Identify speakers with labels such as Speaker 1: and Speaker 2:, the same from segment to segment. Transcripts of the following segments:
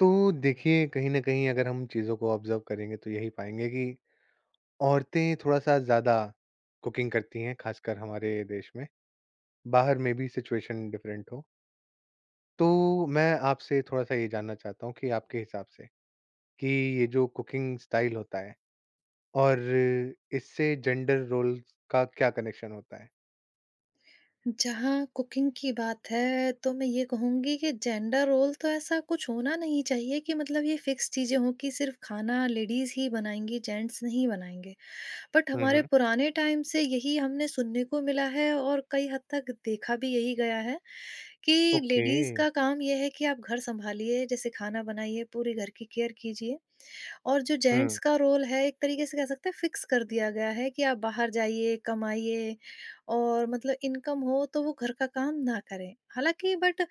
Speaker 1: तो देखिए, कहीं न कहीं अगर हम चीज़ों को ऑब्ज़र्व करेंगे तो यही पाएँगे कि औरतें थोड़ा-सा ज़्यादा कुकिंग करती हैं, ख़ासकर हमारे देश में, बाहर में भी सिचुएशन डिफ़रेंट हो। तो मैं आपसे थोड़ा-सा ये जानना चाहता हूँ कि आपके हिसाब से कि ये जो कुकिंग स्टाइल होता है और इससे जेंडर रोल्स का क्या कनेक्शन होता है?
Speaker 2: जहाँ कुकिंग की बात है, तो मैं ये कहूँगी कि जेंडर रोल तो ऐसा कुछ होना नहीं चाहिए कि मतलब ये फिक्स चीज़ें हों कि सिर्फ़ खाना लेडीज़ ही बनाएँगी, जेंट्स नहीं बनाएँगे। बट
Speaker 1: हुँ,
Speaker 2: हमारे
Speaker 1: हुँ।
Speaker 2: पुराने टाइम से यही हमने सुनने को मिला है, और कई हद तक देखा भी यही गया है कि
Speaker 1: ओके।
Speaker 2: लेडीज़ का काम ये है कि आप घर सँभालिए, जैसे खाना बनाइए, पूरे घर की केयर कीजिए। और जो
Speaker 1: हुँ,
Speaker 2: जेंट्स का रोल है, एक तरीके से कह सकते हैं फिक्स कर दिया गया है, कि आप बाहर जाइए, कमाइए, और मतलब इनकम हो तो वो घर का काम ना करें। हालाँकि बट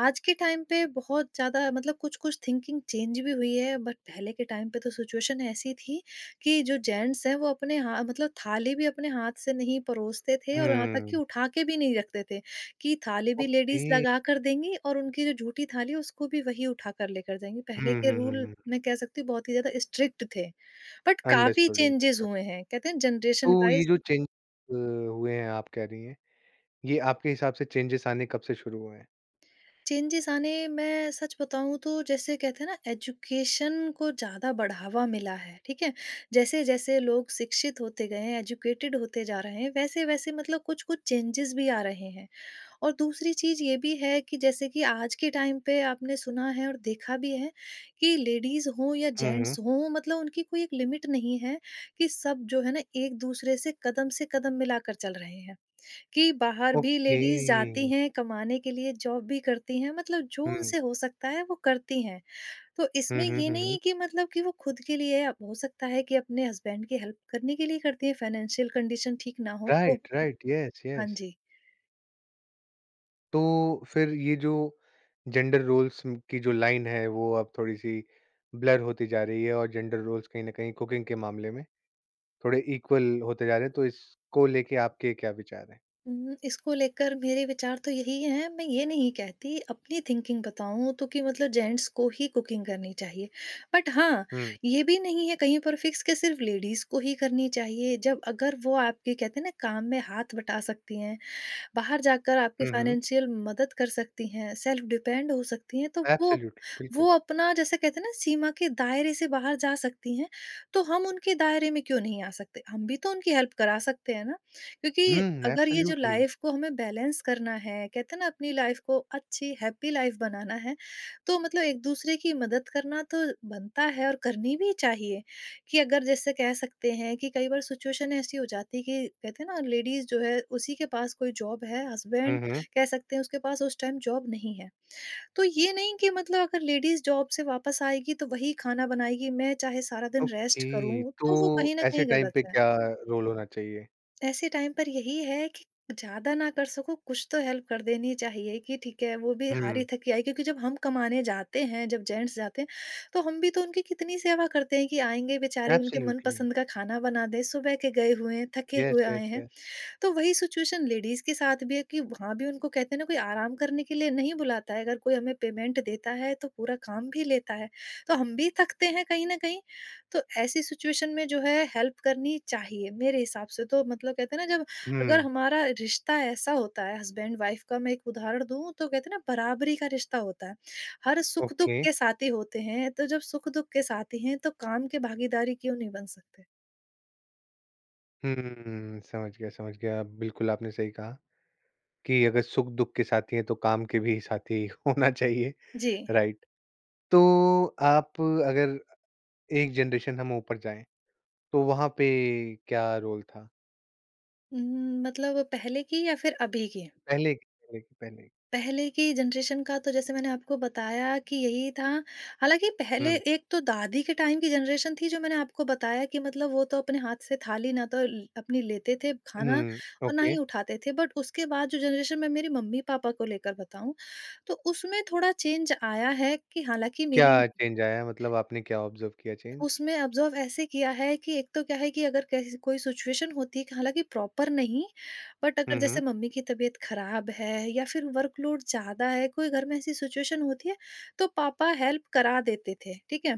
Speaker 2: आज के टाइम पे बहुत ज़्यादा मतलब कुछ-कुछ थिंकिंग चेंज भी हुई है, बट पहले के टाइम पे तो सिचुएशन ऐसी थी कि जो जेंट्स हैं वो अपने हाँ मतलब थाली भी अपने हाथ से नहीं परोसते थे, और यहाँ तक कि
Speaker 1: हुँ।
Speaker 2: उठा के भी नहीं रखते थे। कि थाली भी लेडीज़
Speaker 1: ओके।
Speaker 2: लगा कर देंगी और उनकी जो जूठी थाली है उसको भी वही उठाकर लेकर जाएँगी।
Speaker 1: हुँ,
Speaker 2: पहले के
Speaker 1: हुँ, हुँ,
Speaker 2: रूल
Speaker 1: हुँ।
Speaker 2: मैं कह सकती हूँ बहुत ही ज़्यादा स्ट्रिक्ट थे, बट काफ़ी
Speaker 1: अंडरस्टूड,
Speaker 2: चेंजेज़
Speaker 1: अंडरस्टूड।
Speaker 2: हुए हैं। कहते हैं
Speaker 1: तो
Speaker 2: जनरेशन
Speaker 1: ये
Speaker 2: वाइज़
Speaker 1: जो चेंज हुए हैं आप कह रही हैं, ये आपके हिसाब से चेंजेस आने कब से शुरू हुए हैं?
Speaker 2: चेंजेज़ आने, मैं सच बताऊँ तो जैसे कहते हैं ना, एजुकेशन को ज़्यादा बढ़ावा मिला है, ठीक है? जैसे-जैसे लोग शिक्षित होते गए हैं, एजुकेटेड होते जा रहे हैं, वैसे-वैसे मतलब कुछ-कुछ चेंजेज़ भी आ रहे हैं। और दूसरी चीज़ ये भी है कि जैसे कि आज के टाइम पे आपने सुना है और देखा भी है कि लेडीज़ हों या
Speaker 1: हुँ, हुँ।
Speaker 2: जेंट्स हों, मतलब उनकी कोई एक लिमिट नहीं है, कि सब जो है ना एक-दूसरे से कदम मिलाकर चल रहे हैं। कि बाहर भी
Speaker 1: ओके।
Speaker 2: लेडीज़ जाती हैं कमाने के लिए, जॉब भी करती हैं, मतलब जो
Speaker 1: हुँ।
Speaker 2: उनसे हो सकता है वो करती हैं। तो
Speaker 1: हुँ,
Speaker 2: इसमें
Speaker 1: हुँ,
Speaker 2: ये
Speaker 1: हुँ, हुँ।
Speaker 2: नहीं कि मतलब कि वो खुद के लिए, अब हो सकता है कि अपने हस्बैंड की हेल्प करने के लिए करती हैं, फाइनेंशियल कंडीशन ठीक ना हो तो।
Speaker 1: Right, right. यस,
Speaker 2: हाँ
Speaker 1: यस।
Speaker 2: जी।
Speaker 1: तो फिर ये जो जेंडर रोल्स की जो लाइन है वो अब थोड़ी-सी ब्लर होती जा रही है और जेंडर रोल्स कहीं न कहीं कुकिंग के मामले में थोड़े इक्वल होते जा रहे हैं, तो इसको लेके आपके क्या विचार हैं?
Speaker 2: इसको लेकर मेरे विचार तो यही हैं, मैं ये नहीं कहती, अपनी थिंकिंग बताऊँ तो, कि मतलब जेंट्स को ही कुकिंग करनी चाहिए। बट हाँ,
Speaker 1: हुँ।
Speaker 2: ये भी नहीं है कहीं पर फिक्स कि सिर्फ़ लेडीज़ को ही करनी चाहिए, जब अगर वो आपके कहते हैं ना काम में हाथ बटा सकती हैं, बाहर जाकर आपकी
Speaker 1: हुँ, हुँ।
Speaker 2: फाइनेंशियल मदद कर सकती हैं, सेल्फ डिपेंड हो सकती हैं, तो वो
Speaker 1: एब्सोल्यूटली, बिल्कुल।
Speaker 2: वो अपना जैसे कहते हैं ना सीमा के दायरे से बाहर जा सकती हैं, तो हम उनके दायरे में क्यों नहीं आ सकते? हम भी तो उनकी हेल्प करा सकते हैं ना,
Speaker 1: हुँ,
Speaker 2: क्योंकि अगर ये जो
Speaker 1: एब्सोल्यूटली।
Speaker 2: लाइफ को हमें बैलेंस करना है, कहते हैं ना अपनी लाइफ को अच्छी हैप्पी लाइफ बनाना है, तो मतलब एक-दूसरे की मदद करना तो बनता है और करनी भी चाहिए। कि अगर जैसे कह सकते हैं कि कई बार सिचुएशन ऐसी हो जाती है कि कहते हैं ना लेडीज जो है उसी के पास कोई जॉब है,
Speaker 1: हुँ,
Speaker 2: हस्बैंड
Speaker 1: हुँ।
Speaker 2: कह सकते हैं उसके पास उस टाइम जॉब नहीं है, तो ये नहीं कि मतलब अगर लेडीज जॉब से वापस आएगी तो वही खाना बनाएगी, मैं चाहे सारा दिन रेस्ट
Speaker 1: ओके,
Speaker 2: करूं,
Speaker 1: तो
Speaker 2: तो वो कहीं ना
Speaker 1: ऐसे
Speaker 2: कहीं
Speaker 1: टाइम
Speaker 2: गलत
Speaker 1: पे
Speaker 2: है।
Speaker 1: क्या रोल होना चाहिए?
Speaker 2: ऐसे टाइम पर यही है कि ज़्यादा ना कर सको कुछ तो हेल्प कर देनी चाहिए, कि ठीक है वो भी
Speaker 1: हुँ।
Speaker 2: हारी थकी आई, क्योंकि जब हम कमाने जाते हैं, जब जेंट्स जाते हैं, तो हम भी तो उनकी कितनी सेवा करते हैं कि आएंगे बेचारे, उनके
Speaker 1: एब्सोल्युटली।
Speaker 2: मनपसंद का खाना बना दें, सुबह के गए हुए हैं, थके
Speaker 1: यस,
Speaker 2: हुए आए
Speaker 1: यस,
Speaker 2: हैं।
Speaker 1: यस।
Speaker 2: तो वही सिचुएशन लेडीज़ के साथ भी है कि वहाँ भी उनको कहते हैं ना, कोई आराम करने के लिए नहीं बुलाता है, अगर कोई हमें पेमेंट देता है तो पूरा काम भी लेता है, तो हम भी थकते हैं कहीं न कहीं। तो ऐसी सिचुएशन में जो है हेल्प करनी चाहिए मेरे हिसाब से, तो मतलब कहते हैं ना जब अगर
Speaker 1: हुँ,
Speaker 2: हमारा रिश्ता ऐसा होता है हस्बैंड वाइफ़ का, मैं एक उदाहरण दूँ तो कहते हैं ना बराबरी का रिश्ता होता है। हर सुख-दुख
Speaker 1: ओके।
Speaker 2: के साथी होते हैं, तो जब सुख-दुख के साथी हैं तो काम के भागीदारी क्यों नहीं बन सकते?
Speaker 1: हुँ, समझ गया, समझ गया। बिल्कुल आपने सही कहा कि अगर सुख-दुख के साथी हैं, तो काम के भी साथी होना चाहिए,
Speaker 2: जी।
Speaker 1: राइट। तो आप अगर एक जनरेशन हम ऊपर जाएँ, तो वहाँ पे क्या रोल था?
Speaker 2: मतलब पहले की या फिर अभी की?
Speaker 1: पहले।
Speaker 2: पहले की जनरेशन का तो जैसे मैंने आपको बताया कि यही था। हालाँकि पहले
Speaker 1: हुँ,
Speaker 2: एक तो दादी के टाइम की जनरेशन थी, जो मैंने आपको बताया कि मतलब वो तो अपने हाथ से थाली ना तो ल अपनी लेते थे खाना,
Speaker 1: हुँ,
Speaker 2: और ना
Speaker 1: ओके।
Speaker 2: ही उठाते थे। बट उसके बाद जो जनरेशन, मैं मेरी मम्मी-पापा को लेकर बताऊँ, तो उसमें थोड़ा चेंज आया है कि हालाँकि मेरी
Speaker 1: क्या चेंज आया, मतलब आपने क्या ऑब्ज़र्व किया चेंज?
Speaker 2: उसमें ऑब्ज़र्व ऐसे किया है कि एक तो क्या है कि अगर कैसी कोई सिचुएशन होती है, कि हालाँकि प्रॉपर नहीं, बट
Speaker 1: हुँ,
Speaker 2: अगर
Speaker 1: हुँ।
Speaker 2: जैसे मम्मी की तबीयत ख़राब है या फिर वर्कलोड ज़्यादा है, कोई घर में ऐसी सिचुएशन होती है, तो पापा हेल्प करा देते थे, ठीक है।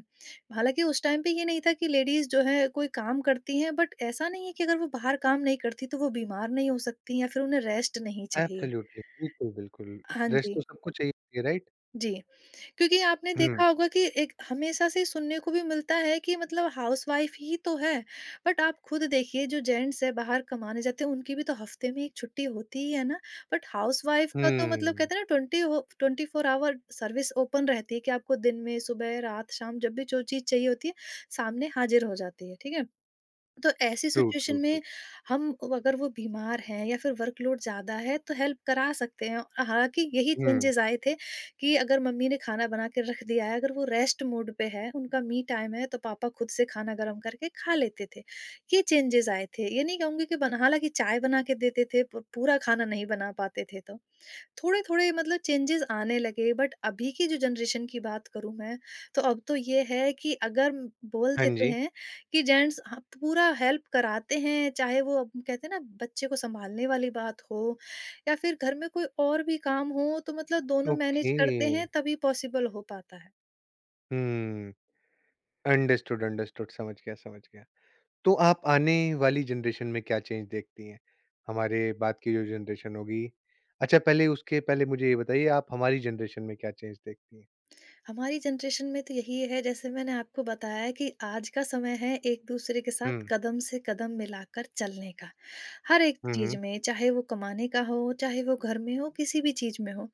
Speaker 2: हालाँकि उस टाइम पे ये नहीं था कि लेडीज़ जो है कोई काम करती हैं, बट ऐसा नहीं है कि अगर वो बाहर काम नहीं करती तो वो बीमार नहीं हो सकती, या फिर उन्हें रेस्ट नहीं चाहिए।
Speaker 1: एब्सोल्युटली, बिल्कुल, बिल्कुल।
Speaker 2: हाँ
Speaker 1: रेस्ट
Speaker 2: जी।
Speaker 1: तो सबको चाहिए, राइट?
Speaker 2: जी। क्योंकि आपने
Speaker 1: हुँ,
Speaker 2: देखा होगा कि एक हमेशा से सुनने को भी मिलता है कि मतलब हाउसवाइफ ही तो है, बट आप खुद देखिए जो जेंट्स है बाहर कमाने जाते हैं, उनकी भी तो हफ्ते में एक छुट्टी होती ही है ना, बट हाउसवाइफ का तो मतलब
Speaker 1: हुँ।
Speaker 2: कहते हैं ना 24 आवर सर्विस ओपन रहती है, कि आपको दिन में सुबह रात शाम जब भी जो चीज चाहिए होती है सामने हाजिर हो जाती है, ठीक है। तो ऐसी
Speaker 1: ट्रू, ट्रू,
Speaker 2: सिचुएशन
Speaker 1: ट्रू।
Speaker 2: में हम अगर वो बीमार हैं या फिर वर्कलोड ज़्यादा है तो हेल्प करा सकते हैं। हालाँकि यही
Speaker 1: हुँ।
Speaker 2: चेंजेज़ आए थे कि अगर मम्मी ने खाना बना के रख दिया है, अगर वो रेस्ट मोड पे है, उनका मी टाइम है, तो पापा खुद से खाना गरम करके खा लेते थे। ये चेंजेज़ आए थे। ये नहीं कहूँगी कि बना हालाँकि चाय बना के देते थे, प पूरा खाना नहीं बना पाते थे तो। थोड़े-थोड़े मतलब चेंजेज़ आने लगे, बट अभी की जो जनरेशन की बात करूँ मैं, तो अब तो ये है कि अगर बोल
Speaker 1: हाँ
Speaker 2: देते
Speaker 1: जी।
Speaker 2: हैं कि जेंट्स ह पूरा हेल्प कराते हैं, चाहे वो अब कहते हैं ना बच्चे को सँभालने वाली बात हो, या फिर घर में कोई और भी काम हो, तो मतलब दोनों मैनेज
Speaker 1: ओके।
Speaker 2: करते हैं तभी पॉसिबल हो पाता है।
Speaker 1: हुँ। अंडरस्टूड, अंडरस्टूड, समझ गया, समझ गया। तो आप आने वाली जनरेशन में क्या चेंज देखती हैं? हमारे बाद की जो जनरेशन होगी, अच्छा, पहले उसके पहले मुझे ये बताइए, आप हमारी जनरेशन में क्या चेंज देखती हैं?
Speaker 2: हमारी जनरेशन में तो यही है, जैसे मैंने आपको बताया कि आज का समय है एक दूसरे के साथ
Speaker 1: हुँ।
Speaker 2: कदम से कदम मिलाकर चलने का। हर एक
Speaker 1: हुँ, हुँ।
Speaker 2: चीज़ में, चाहे वो कमाने का हो, चाहे वो घर में हो, किसी भी चीज़ में हो।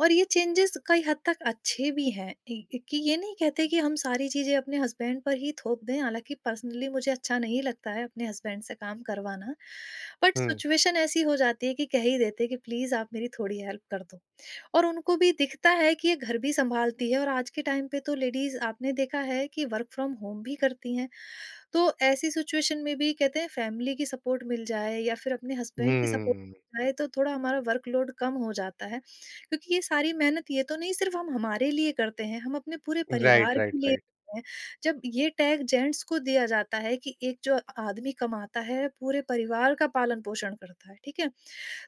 Speaker 2: और ये चेंजेज़ कई हद तक अच्छे भी हैं, इ कि ये नहीं कहते कि हम सारी चीज़ें अपने हस्बैंड पर ही थोप दें, हालाँकि पर्सनली मुझे अच्छा नहीं लगता है अपने हस्बैंड से काम करवाना। But
Speaker 1: hmm.
Speaker 2: सिचुएशन ऐसी हो जाती है कि कह ही देते हैं कि प्लीज़ आप मेरी थोड़ी हेल्प कर दो। और उनको भी दिखता है कि ये घर भी सँभालती है, और आज के टाइम पे तो लेडीज़ आपने देखा है कि वर्क फ्रॉम होम भी करती हैं। तो ऐसी सिचुएशन में भी कहते हैं फैमिली की सपोर्ट मिल जाए, या फिर अपने हस्बैंड की सपोर्ट
Speaker 1: हुँ।
Speaker 2: मिल जाए, तो थोड़ा हमारा वर्कलोड कम हो जाता है, क्योंकि ये सारी मेहनत ये तो नहीं सिर्फ हम हमारे लिए करते हैं, हम अपने पूरे
Speaker 1: राइट,
Speaker 2: परिवार
Speaker 1: राइट,
Speaker 2: के लिए
Speaker 1: राइट।
Speaker 2: करते हैं। जब ये टैग जेंट्स को दिया जाता है कि एक जो आदमी कमाता है पूरे परिवार का पालन पोषण करता है, ठीक है,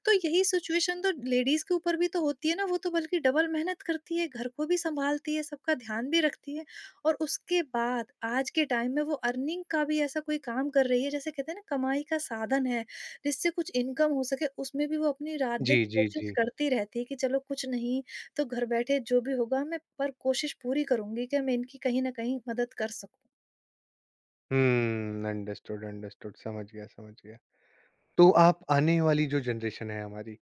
Speaker 2: तो यही सिचुएशन तो लेडीज के ऊपर भी तो होती है ना, वो तो बल्कि डबल मेहनत करती है, घर को भी संभालती है, सबका ध्यान भी रखती है, और उसके बाद आज के टाइम में वो अर्निंग का भी ऐसा कोई काम कर रही है, जैसे कहते हैं ना कमाई का साधन है जिससे कुछ इनकम हो सके, उसमें भी वो अपनी रात दिन
Speaker 1: जी, जी,
Speaker 2: कोशिश
Speaker 1: जी।
Speaker 2: करती रहती है कि चलो कुछ नहीं तो घर बैठे जो भी होगा, मैं पर कोशिश पूरी करूंगी कि मैं इनकी कहीं ना कहीं मदद कर सकूं।
Speaker 1: हुँ। अंडरस्टूड, अंडरस्टूड, समझ गया, समझ गया। तो आप आने वाली जो जनरेशन है हमारी,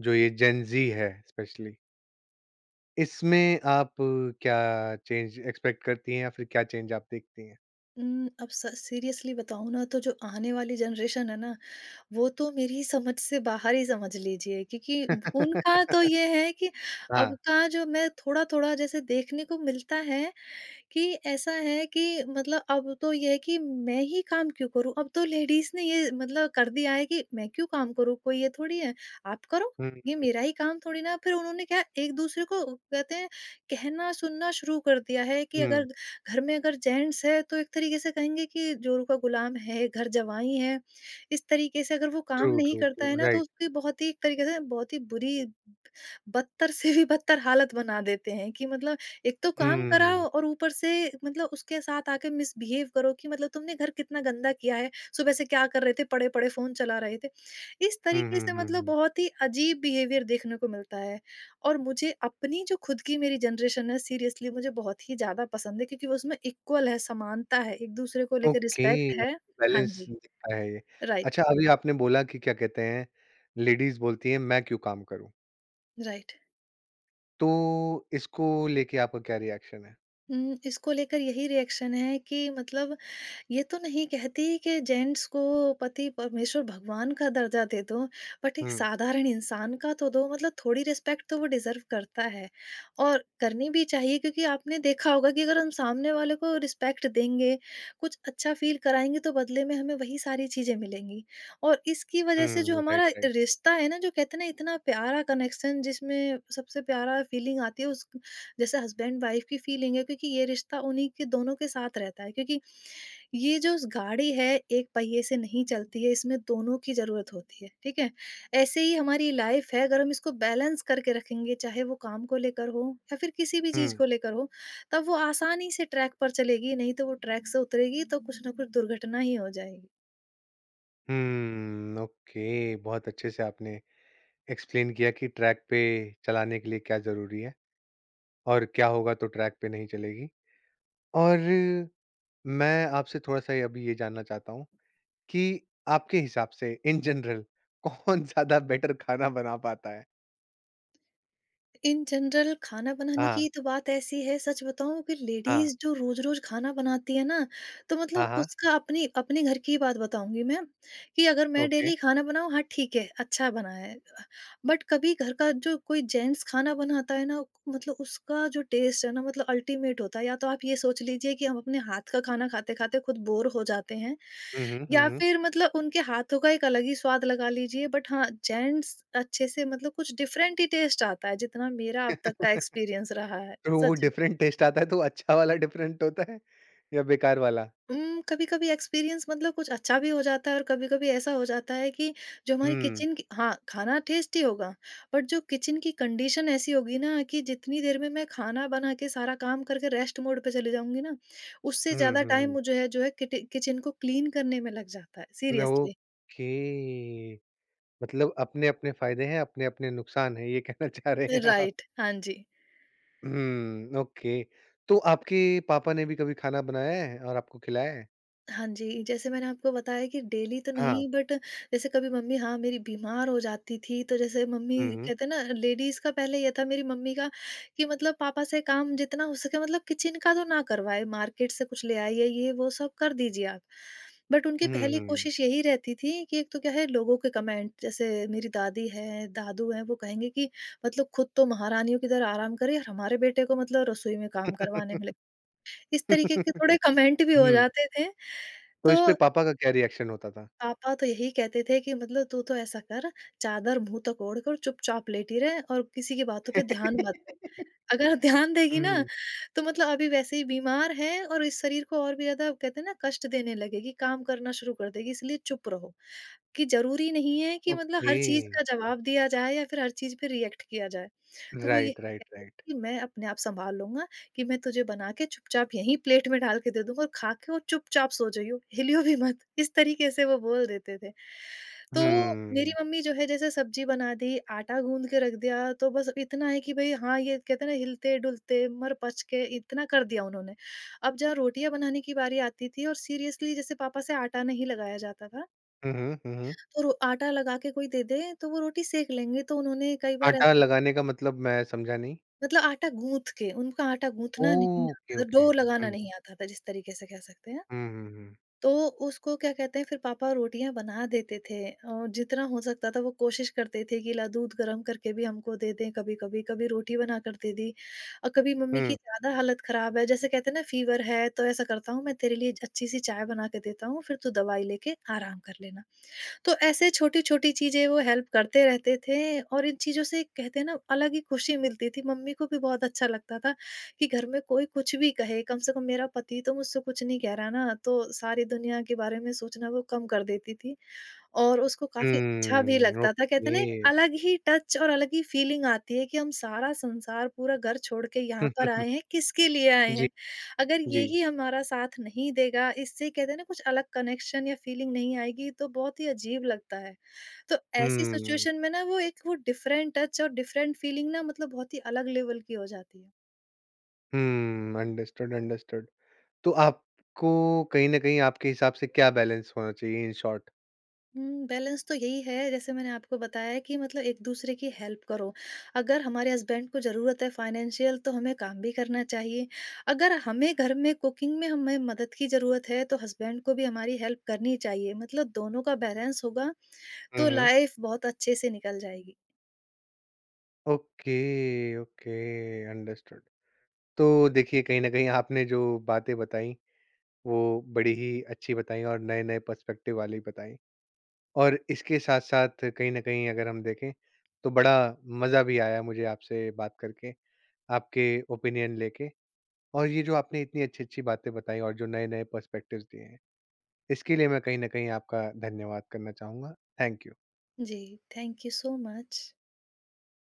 Speaker 1: जो ये जेन ज़ी है स्पेशली, इसमें आप क्या चेंज एक्सपेक्ट करती हैं या फिर क्या चेंज आप देखती हैं?
Speaker 2: अब सीरियसली बताऊं ना, तो जो आने वाली जनरेशन है ना वो तो मेरी समझ से बाहर ही समझ लीजिए, क्योंकि उनका तो ये है कि अब
Speaker 1: हाँ।
Speaker 2: का जो मैं थोड़ा थोड़ा जैसे देखने को मिलता है कि ऐसा है कि मतलब अब तो ये है कि मैं ही काम क्यों करूँ? अब तो लेडीज़ ने ये मतलब कर दिया है कि मैं क्यों काम करूँ? कोई ये थोड़ी है, आप करो,
Speaker 1: हुँ,
Speaker 2: ये मेरा ही काम थोड़ी ना है। फिर उन्होंने क्या एक-दूसरे को कहते हैं कहना सुनना शुरू कर दिया है कि अगर
Speaker 1: हुँ।
Speaker 2: घर में अगर जेंट्स है तो एक तरीके से कहेंगे कि जोरू का गुलाम है, घर जवाई है। इस तरीके से अगर वो
Speaker 1: ट्रू,
Speaker 2: काम नहीं
Speaker 1: ट्रू, ट्रू,
Speaker 2: करता है ना तो
Speaker 1: राइट।
Speaker 2: उसकी बहुत ही एक तरीके से बहुत ही बुरी बदतर से भी बदतर हालत बना देते हैं कि मतलब एक तो काम
Speaker 1: हुँ।
Speaker 2: कराओ और ऊपर से मतलब उसके साथ आके मिसबिहेव करो कि मतलब तुमने घर कितना गंदा किया है, सुबह से क्या कर रहे थे, पड़े-पड़े फ़ोन चला रहे थे। इस
Speaker 1: हुँ,
Speaker 2: तरीके
Speaker 1: हुँ,
Speaker 2: से
Speaker 1: हुँ,
Speaker 2: मतलब
Speaker 1: हुँ।
Speaker 2: बहुत ही अजीब बिहेवियर देखने को मिलता है। और मुझे अपनी जो खुद की मेरी जनरेशन है सीरियसली मुझे बहुत ही ज़्यादा पसंद है क्योंकि उसमें इक्वल है, समानता है, एक-दूसरे को लेकर
Speaker 1: ओके,
Speaker 2: रिस्पेक्ट है।
Speaker 1: आपको
Speaker 2: हाँ
Speaker 1: बैलेंस
Speaker 2: जी,
Speaker 1: दिखता है ये।
Speaker 2: राइट,
Speaker 1: अच्छा, अभी आपने बोला कि क्या कहते हैं, लेडीज़ बोलती हैं मैं क्यों काम करूँ?
Speaker 2: राइट।
Speaker 1: तो इसको लेके आपका क्या रिएक्शन है?
Speaker 2: हुँ, इसको लेकर यही रिएक्शन है कि मतलब ये तो नहीं कहती कि जेंट्स को पति परमेश्वर भगवान का दर्जा दे दो, बट एक
Speaker 1: हुँ,
Speaker 2: साधारण इंसान का तो दो मतलब थोड़ी रिस्पेक्ट तो वो डिज़र्व करता है। और करनी भी चाहिए क्योंकि आपने देखा होगा कि अगर हम सामने वाले को रिस्पेक्ट देंगे, कुछ अच्छा फ़ील कराएँगे तो बदले में हमें वही सारी चीज़ें मिलेंगी। और इसकी वज़ह से जो
Speaker 1: हुँ, राइट,
Speaker 2: हमारा
Speaker 1: राइट।
Speaker 2: रिश्ता है ना जो कहते हैं ना इतना प्यारा कनेक्शन जिसमें सबसे प्यारा फ़ीलिंग आती है उस जैसे हस्बैंड वाइफ़ की फ़ीलिंग है, क्योंकि ये रिश्ता उन्हीं के दोनों के साथ रहता है, क्योंकि ये जो स गाड़ी है, एक पहिए से नहीं चलती है, इसमें दोनों की ज़रूरत होती है, ठीक है? ऐसे ही हमारी लाइफ़ है, अगर हम इसको बैलेंस करके रखेंगे, चाहे वो काम को लेकर हो या फिर किसी भी चीज़
Speaker 1: हुँ,
Speaker 2: को लेकर हो, तब वो आसानी से ट्रैक पर चलेगी, नहीं तो वो ट्रैक से उतरेगी तो कुछ ना कुछ दुर्घटना ही हो जाएगी।
Speaker 1: हुँ, ओके, बहुत अच्छे से आपने एक्सप्लेन किया कि ट्रैक पे चलाने के लिए क्या ज़रूरी है। और क्या होगा तो ट्रैक पे नहीं चलेगी। और मैं आपसे थोड़ा-सा ये अभी ये जानना चाहता हूँ कि आपके हिसाब से इन जनरल कौन ज़्यादा बेटर खाना बना पाता है?
Speaker 2: इन जनरल खाना बनाने
Speaker 1: हाँ,
Speaker 2: की तो बात ऐसी है, सच बताऊँ कि
Speaker 1: हाँ।
Speaker 2: लेडीज़ जो रोज़-रोज़ खाना बनाती है ना, तो
Speaker 1: हाँ,
Speaker 2: मतलब
Speaker 1: हाँ।
Speaker 2: उसका अपनी अपने घर की ही बात बताऊँगी मैं, कि अगर मैं
Speaker 1: ओके।
Speaker 2: डेली खाना बनाऊँ, हाँ, ठीक है, अच्छा बना है। बट कभी घर का जो कोई जेंट्स खाना बनाता है ना, मतलब उसका जो टेस्ट है ना मतलब अल्टीमेट होता है। या तो आप ये सोच लीजिए कि हम अपने हाथ का खाना खाते-खाते खुद बोर हो जाते हैं,
Speaker 1: हुँ, हुँ, हुँ,
Speaker 2: या
Speaker 1: हुँ।
Speaker 2: फिर मतलब उनके हाथों का एक अलग ही स्वाद लगा लीजिए। बट हाँ, जेंट्स अच्छे से मतलब कुछ डिफरेंट ही टेस्ट आता है, जितना मेरा अब तक का एक्सपीरियंस रहा है।
Speaker 1: तो वो
Speaker 2: सच।
Speaker 1: डिफरेंट टेस्ट आता है तो अच्छा वाला डिफरेंट होता है या बेकार वाला?
Speaker 2: कभी-कभी एक्सपीरियंस मतलब कुछ अच्छा भी हो जाता है और कभी-कभी ऐसा हो जाता है कि जो हमारी
Speaker 1: हुँ।
Speaker 2: किचन की हाँ, खाना टेस्टी होगा, बट जो किचन की कंडीशन ऐसी होगी ना कि जितनी देर में मैं खाना बना के सारा काम करके रेस्ट मोड पे चली जाऊँगी ना, उससे
Speaker 1: हुँ,
Speaker 2: ज़्यादा
Speaker 1: हुँ,
Speaker 2: टाइम
Speaker 1: हुँ।
Speaker 2: मुझे है जो है किट किचन को क्लीन करने में लग जाता है,
Speaker 1: न,
Speaker 2: सीरियसली।
Speaker 1: ओके। मतलब अपने-अपने फ़ायदे हैं, अपने-अपने नुकसान हैं, ये कहना चाह रहे हैं आप।
Speaker 2: राइट, हाँ जी।
Speaker 1: हुँ, ओके। तो आपके पापा ने भी कभी खाना बनाया है और आपको खिलाया है?
Speaker 2: हाँ जी, जैसे मैंने आपको बताया कि डेली तो
Speaker 1: हाँ।
Speaker 2: नहीं बट जैसे कभी मम्मी हाँ, मेरी बीमार हो जाती थी तो जैसे मम्मी
Speaker 1: हुँ, हुँ।
Speaker 2: कहते हैं ना लेडीज़ का पहले ये था मेरी मम्मी का कि मतलब पापा से काम जितना हो सके मतलब किचन का तो ना करवाएँ, मार्केट से कुछ ले आइए, ये वो सब कर दीजिए आप। बट उनकी पहली
Speaker 1: हुँ।
Speaker 2: कोशिश यही रहती थी कि एक तो क्या है लोगों के कमेंट जैसे मेरी दादी है, दादू हैं वो कहेंगे कि मतलब खुद तो महारानियों की तरह आराम करे और हमारे बेटे को मतलब रसोई में काम करवाने में लगी, इस तरीके
Speaker 1: हुँ,
Speaker 2: के थोड़े कमेंट भी हो जाते थे।
Speaker 1: तो
Speaker 2: तो
Speaker 1: इस पे पापा का क्या रिएक्शन होता था?
Speaker 2: पापा तो यही कहते थे कि मतलब तू तो ऐसा कर, चादर मुँह तक ओढ़ कर चुपचाप लेटी रह और किसी की बातों पे ध्यान मत दे। अगर ध्यान देगी ना
Speaker 1: हुँ,
Speaker 2: तो मतलब अभी वैसे ही बीमार है और इस शरीर को और भी ज़्यादा कहते हैं ना कष्ट देने लगेगी, काम करना शुरू कर देगी, इसलिए चुप रहो। कि ज़रूरी नहीं है कि मतलब
Speaker 1: ओके।
Speaker 2: हर चीज़ का जवाब दिया जाए या फिर हर चीज़ पे रिएक्ट किया जाए। तो वो यही
Speaker 1: राइट,
Speaker 2: कह
Speaker 1: राइट,
Speaker 2: रही
Speaker 1: राइट।
Speaker 2: थी कि मैं अपने आप सँभाल लूँगा, कि मैं तुझे बना के चुपचाप यहीं प्लेट में डाल के दे दूँगा और खा के और चुपचाप सो जाइयो, हिलियो भी मत। इस तरीके से वो बोल देते थे। तो मेरी
Speaker 1: हुँ।
Speaker 2: मम्मी जो है जैसे सब्ज़ी बना दी, आटा गूँध के रख दिया, तो बस इतना है कि भई हाँ, ये कहते हैं ना हिलते-डुलते, मर-पच के इतना कर दिया उन्होंने। अब जहाँ रोटियाँ बनाने की बारी आती थी और सीरियसली जैसे पापा से आटा नहीं लगाया जाता था,
Speaker 1: हुँ, हुँ, हुँ, हुँ।
Speaker 2: तो रो आटा लगा के कोई दे दे, तो वो रोटी सेंक लेंगे, तो उन्होंने कई बार
Speaker 1: आटा
Speaker 2: ऐसा
Speaker 1: लगाने का मतलब मैं समझा नहीं।
Speaker 2: मतलब आटा गूँथ के, उनको आटा गूँथना नहीं
Speaker 1: ओके,
Speaker 2: आता था,
Speaker 1: ओके।
Speaker 2: डो लगाना
Speaker 1: हुँ।
Speaker 2: नहीं आता था, जिस तरीके से कह सकते हैं।
Speaker 1: हुँ, हुँ, हुँ।
Speaker 2: तो उसको क्या कहते हैं, फिर पापा रोटियाँ बना देते थे और जितना हो सकता था वो कोशिश करते थे कि ला दूध गरम करके भी हमको दे दें कभी-कभी, कभी कभी रोटी बनाकर दे दी और कभी मम्मी की
Speaker 1: हुँ।
Speaker 2: ज़्यादा हालत ख़राब है, जैसे कहते हैं ना फ़ीवर है, तो ऐसा करता हूँ मैं तेरे लिए अच्छी-सी चाय बना के देता हूँ, फिर तू दवाई लेके आराम कर लेना। तो ऐसे छोटी-छोटी चीज़ें वो हेल्प करते रहते थे और इन चीज़ों से कहते हैं ना अलग ही खुशी मिलती थी। मम्मी को भी बहुत अच्छा लगता था कि घर में कोई कुछ भी कहे, कम से कम मेरा पति तो मुझसे कुछ नहीं कह रहा ना, तो सारी दुनिया के बारे में सोचना वो कम कर देती थी। और उसको काफ़ी अच्छा भी
Speaker 1: हुँ,
Speaker 2: लगता था। कहते
Speaker 1: ओके।
Speaker 2: हैं ना एक अलग ही टच और अलग ही फ़ीलिंग आती है कि हम सारा संसार, पूरा घर छोड़ के यहाँ पर आए हैं, किसके लिए आए
Speaker 1: जी,
Speaker 2: हैं? अगर
Speaker 1: जी।
Speaker 2: यही हमारा साथ नहीं देगा, इससे कहते हैं ना कुछ अलग कनेक्शन या फ़ीलिंग नहीं आएगी, तो बहुत ही अजीब लगता है। तो ऐसी
Speaker 1: हुँ।
Speaker 2: सिचुएशन में ना वो डिफरेंट टच और डिफरेंट फ़ीलिंग ना मतलब बहुत ही अलग लेवल की हो जाती है।
Speaker 1: हुँ, अंडरस्टूड, अंडरस्टूड। तो आपको कहीं न कहीं आपके हिसाब से क्या बैलेंस होना चाहिए इन शॉर्ट?
Speaker 2: हुँ, बैलेंस तो यही है जैसे मैंने आपको बताया कि मतलब एक-दूसरे की हेल्प करो। अगर हमारे हस्बैंड को ज़रूरत है फाइनेंशियल तो हमें काम भी करना चाहिए। अगर हमें घर में कुकिंग में हमें मदद की ज़रूरत है तो हस्बैंड को भी हमारी हेल्प करनी चाहिए। मतलब दोनों का बैलेंस होगा
Speaker 1: हुँ,
Speaker 2: तो
Speaker 1: हुँ।
Speaker 2: लाइफ़ बहुत अच्छे से निकल जाएगी।
Speaker 1: Okay, okay, understood. तो देखिए, कहीं न कहीं आपने जो बातें बताई वो बड़ी ही अच्छी बताई और नए-नए पर्सपेक्टिव वाली बताई। और इसके साथ-साथ कहीं न कहीं अगर हम देखें तो बड़ा मज़ा भी आया मुझे आपसे बात करके, आपके ओपिनियन लेके, और ये जो आपने इतनी अच्छी-अच्छी बातें बताई और जो नए-नए पर्सपेक्टिव्स दिए हैं, इसके लिए मैं कहीं न कहीं आपका धन्यवाद करना चाहूँगा। Thank you.
Speaker 2: जी, थैंक यू सो मच।